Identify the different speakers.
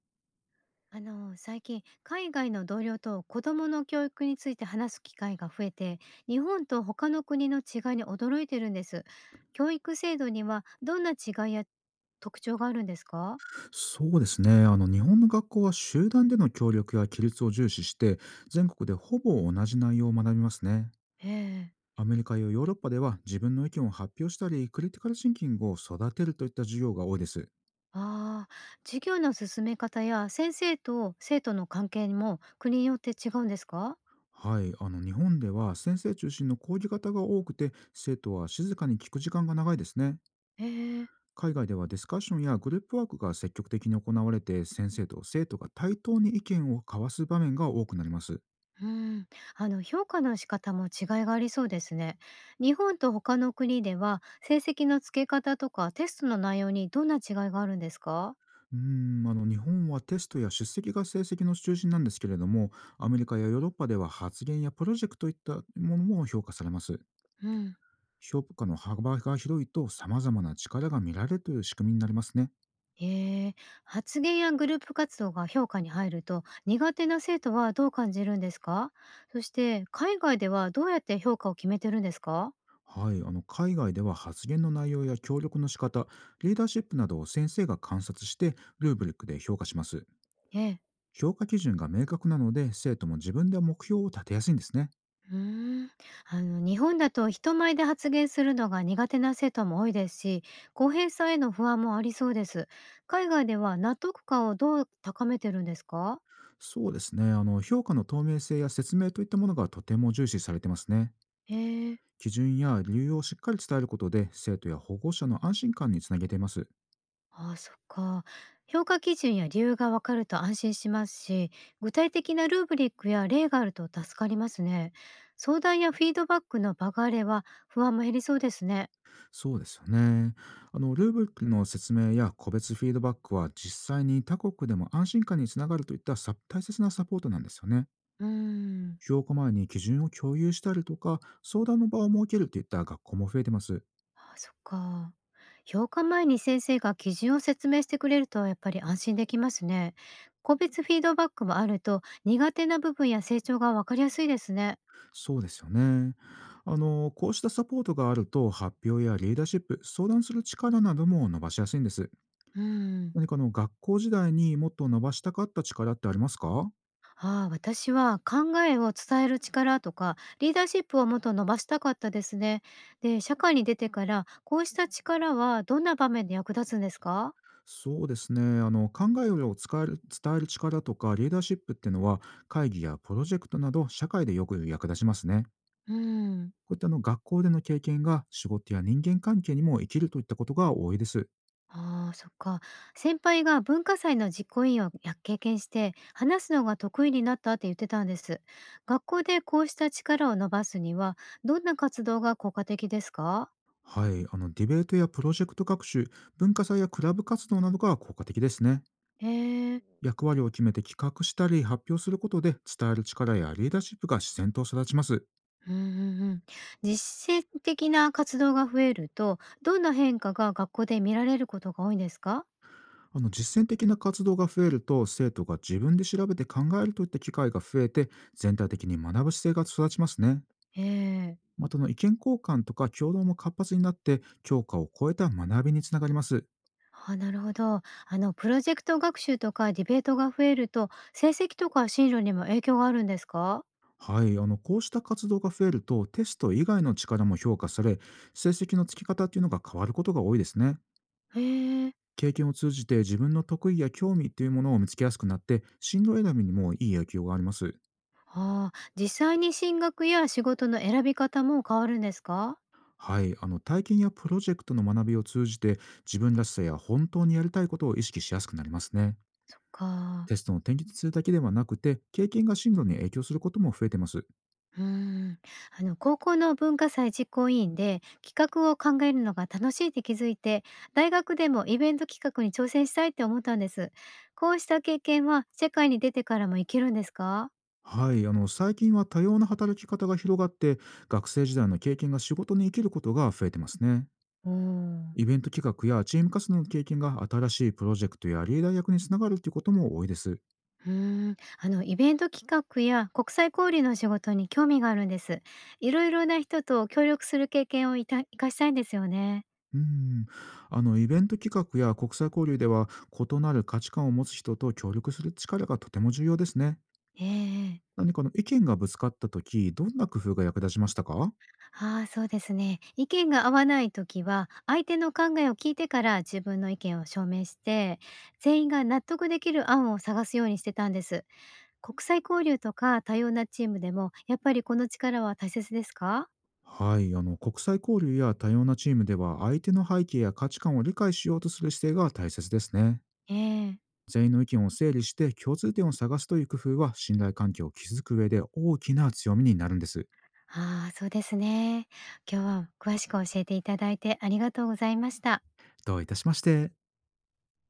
Speaker 1: 最近海外の同僚と子どもの教育について話す機会が増えて、日本と他の国の違いに驚いてるんです。教育制度にはどんな違いや特徴があるんですか？
Speaker 2: そうですね。日本の学校は集団での協力や規律を重視して、全国でほぼ同じ内容を学びますね。
Speaker 1: ええ。
Speaker 2: アメリカやヨーロッパでは自分の意見を発表したり、クリティカルシンキングを育てるといった授業が多いです。
Speaker 1: ああー、授業の進め方や先生と生徒の関係も国によって違うんですか？
Speaker 2: はい。日本では先生中心の講義型が多くて、生徒は静かに聞く時間が長いですね。
Speaker 1: ええ。
Speaker 2: 海外ではディスカッションやグループワークが積極的に行われて、先生と生徒が対等に意見を交わす場面が多くなります。
Speaker 1: うん、評価の仕方も違いがありそうですね。日本と他の国では成績の付け方とかテストの内容にどんな違いがあるんですか？
Speaker 2: あの日本はテストや出席が成績の中心なんですけれども、アメリカやヨーロッパでは発言やプロジェクトといったものも評価されます。
Speaker 1: うん。
Speaker 2: 評価の幅が広いと様々な力が見られるという仕組みになりますね。
Speaker 1: へえ。発言やグループ活動が評価に入ると苦手な生徒はどう感じるんですか？そして海外ではどうやって評価を決めてるんですか？
Speaker 2: はい、あの海外では発言の内容や協力の仕方、リーダーシップなどを先生が観察してルーブリックで評価します。
Speaker 1: ええ。
Speaker 2: 評価基準が明確なので生徒も自分で目標を立てやすいんですね。
Speaker 1: うーん、日本だと人前で発言するのが苦手な生徒も多いですし、公平さへの不安もありそうです。海外では納得感をどう高めてるんですか？
Speaker 2: そうですね、あの評価の透明性や説明といったものがとても重視されてますね。
Speaker 1: へえ。
Speaker 2: 基準や理由をしっかり伝えることで生徒や保護者の安心感につなげています。
Speaker 1: ああ、そっか。評価基準や理由がわかると安心しますし、具体的なルーブリックや例があると助かりますね。相談やフィードバックの場があれば不安も減りそうですね。
Speaker 2: そうですよね。あのルーブルの説明や個別フィードバックは実際に他国でも安心感につながるといった大切なサポートなんですよね。
Speaker 1: うーん。
Speaker 2: 評価前に基準を共有したりとか相談の場を設けるといった学校も増えてます。
Speaker 1: ああ、そっか。評価前に先生が基準を説明してくれるとやっぱり安心できますね。個別フィードバックもあると苦手な部分や成長がわかりやすいですね。
Speaker 2: そうですよね。あのこうしたサポートがあると発表やリーダーシップ、相談する力なども伸ばしやすいんです。
Speaker 1: うん。
Speaker 2: 何か、あの学校時代にもっと伸ばしたかった力ってありますか？
Speaker 1: ああ、私は考えを伝える力とかリーダーシップをもっと伸ばしたかったですね。で、社会に出てからこうした力はどんな場面で役立つんですか？
Speaker 2: そうですね。あの考えを使える伝える力とかリーダーシップっていうのは、会議やプロジェクトなど社会でよく役立ちますね。
Speaker 1: うん。
Speaker 2: こういった、あの学校での経験が仕事や人間関係にも生きるといったことが多いです。
Speaker 1: ああ、そっか。先輩が文化祭の実行委員をや経験して話すのが得意になったって言ってたんです。学校でこうした力を伸ばすにはどんな活動が効果的ですか？
Speaker 2: はい。あのディベートやプロジェクト学習、文化祭やクラブ活動などが効果的ですね。
Speaker 1: へえ。
Speaker 2: 役割を決めて企画したり発表することで伝える力やリーダーシップが自然と育ちます。
Speaker 1: うんうんうん。実践的な活動が増えるとどんな変化が学校で見られることが多いんですか？
Speaker 2: あの実践的な活動が増えると生徒が自分で調べて考えるといった機会が増えて、全体的に学ぶ姿勢が育ちますね。
Speaker 1: へえ。
Speaker 2: またあの意見交換とか共同も活発になって教科を超えた学びにつながります。
Speaker 1: あ、なるほど。プロジェクト学習とかディベートが増えると成績とか進路にも影響があるんですか？
Speaker 2: はい、あのこうした活動が増えるとテスト以外の力も評価され、成績のつき方っていうのが変わることが多いですね。
Speaker 1: へえ。
Speaker 2: 経験を通じて自分の得意や興味っていうものを見つけやすくなって、進路選びにもいい影響があります。
Speaker 1: ああ、実際に進学や仕事の選び方も変わるんですか？
Speaker 2: はい、あの体験やプロジェクトの学びを通じて、自分らしさや本当にやりたいことを意識しやすくなりますね。
Speaker 1: そっか。
Speaker 2: テストの点数だけではなくて経験が進路に影響することも増えてます。
Speaker 1: うーん。高校の文化祭実行委員で企画を考えるのが楽しいって気づいて、大学でもイベント企画に挑戦したいって思ったんです。こうした経験は社会に出てからも生きるんですか？
Speaker 2: はい、あの最近は多様な働き方が広がって、学生時代の経験が仕事に生きることが増えてますね。
Speaker 1: うーん。
Speaker 2: イベント企画やチーム活動の経験が新しいプロジェクトやリーダー役につながるということも多いです。
Speaker 1: うーん、イベント企画や国際交流の仕事に興味があるんです。いろいろな人と協力する経験をいた活かしたいんですよね。
Speaker 2: うん、あのイベント企画や国際交流では異なる価値観を持つ人と協力する力がとても重要ですね。
Speaker 1: ええ。
Speaker 2: 何か、あの意見がぶつかった時、どんな工夫が役立ちましたか？
Speaker 1: ああ、そうですね。意見が合わない時は、相手の考えを聞いてから自分の意見を証明して、全員が納得できる案を探すようにしてたんです。国際交流とか多様なチームでも、やっぱりこの力は大切ですか？
Speaker 2: はい、あの国際交流や多様なチームでは相手の背景や価値観を理解しようとする姿勢が大切ですね。
Speaker 1: ええ。
Speaker 2: 全員の意見を整理して共通点を探すという工夫は信頼関係を築く上で大きな強みになるんです。
Speaker 1: ああ、そうですね。今日は詳しく教えていただいてありがとうございました。
Speaker 2: どういたしまして。